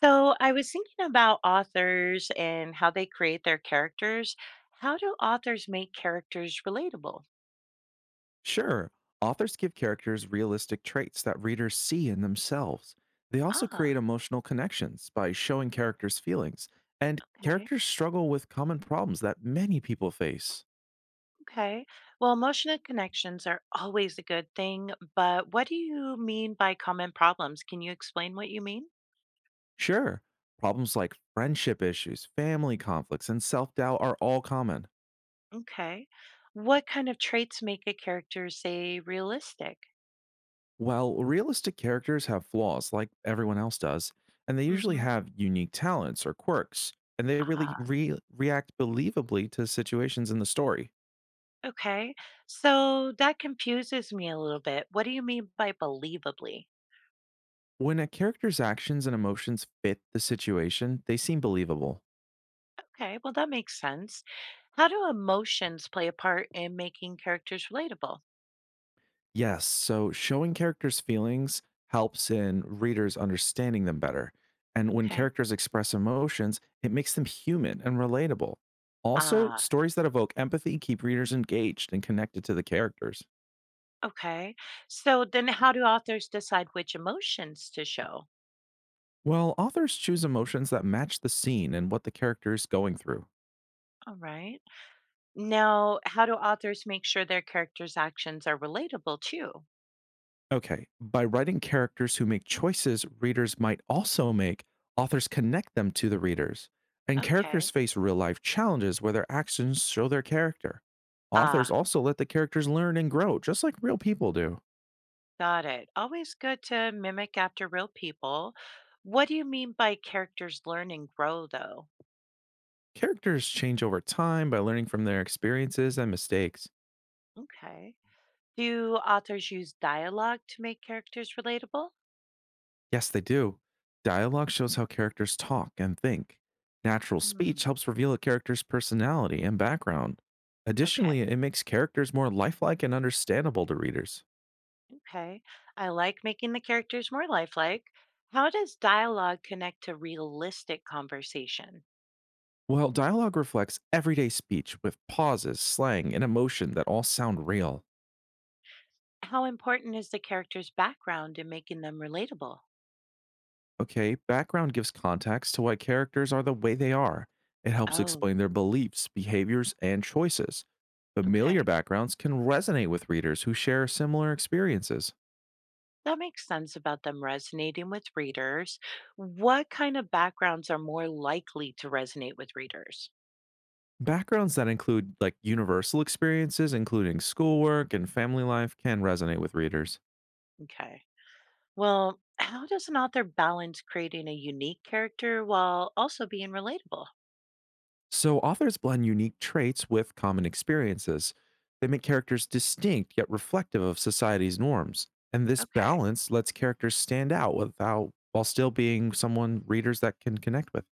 So I was thinking about authors and how they create their characters. How do authors make characters relatable? Sure, authors give characters realistic traits that readers see in themselves. They also Ah, create emotional connections by showing characters' feelings, and okay. characters struggle with common problems that many people face. Okay. Well, emotional connections are always a good thing, but what do you mean by common problems? Can you explain what you mean? Sure, problems like friendship issues, family conflicts, and self doubt are all common. Okay. What kind of traits make a character, say, realistic? While realistic characters have flaws like everyone else does, and they usually Mm-hmm. have unique talents or quirks, and they really Ah, react believably to situations in the story. okay. So that confuses me a little bit. What do you mean by believably? When a character's actions and emotions fit the situation, they seem believable. Okay, well, that makes sense. How do emotions play a part in making characters relatable? Yes, so showing characters' feelings helps in readers understanding them better. And when Okay. characters express emotions, it makes them human and relatable. Also, Ah, stories that evoke empathy keep readers engaged and connected to the characters. okay. So then how do authors decide which emotions to show? Well, authors choose emotions that match the scene and what the character is going through. All right. Now, how do authors make sure their characters' actions are relatable too? Okay. By writing characters who make choices readers might also make, authors connect them to the readers. And Okay. characters face real life challenges where their actions show their character. Ah, Authors also let the characters learn and grow, just like real people do. got it. Always good to mimic after real people. What do you mean by characters learn and grow, though? Characters change over time by learning from their experiences and mistakes. Okay. Do authors use dialogue to make characters relatable? Yes, they do. Dialogue shows how characters talk and think. Natural speech Hmm. helps reveal a character's personality and background. Okay, Additionally, it makes characters more lifelike and understandable to readers. okay. I like making the characters more lifelike. How does dialogue connect to realistic conversation? Well, dialogue reflects everyday speech with pauses, slang, and emotion that all sound real. How important is the character's background in making them relatable? Okay, background gives context to why characters are the way they are. It helps Oh, explain their beliefs, behaviors, and choices. okay. Familiar backgrounds can resonate with readers who share similar experiences. That makes sense about them resonating with readers. What kind of backgrounds are more likely to resonate with readers? Backgrounds that include like universal experiences, including schoolwork and family life, can resonate with readers. Okay. Well, how does an author balance creating a unique character while also being relatable? So authors blend unique traits with common experiences. They make characters distinct yet reflective of society's norms. And this Okay. balance lets characters stand out without while still being someone readers that can connect with.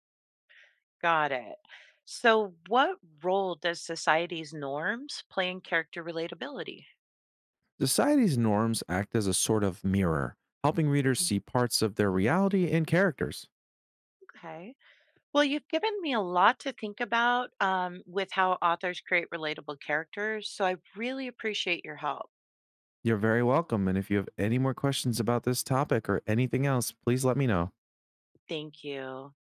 Got it. So, what role does society's norms play in character relatability? Society's norms act as a sort of mirror, helping readers Mhm. see parts of their reality in characters. Okay. Well, you've given me a lot to think about with how authors create relatable characters. So, I really appreciate your help. You're very welcome. And if you have any more questions about this topic or anything else, please let me know. Thank you.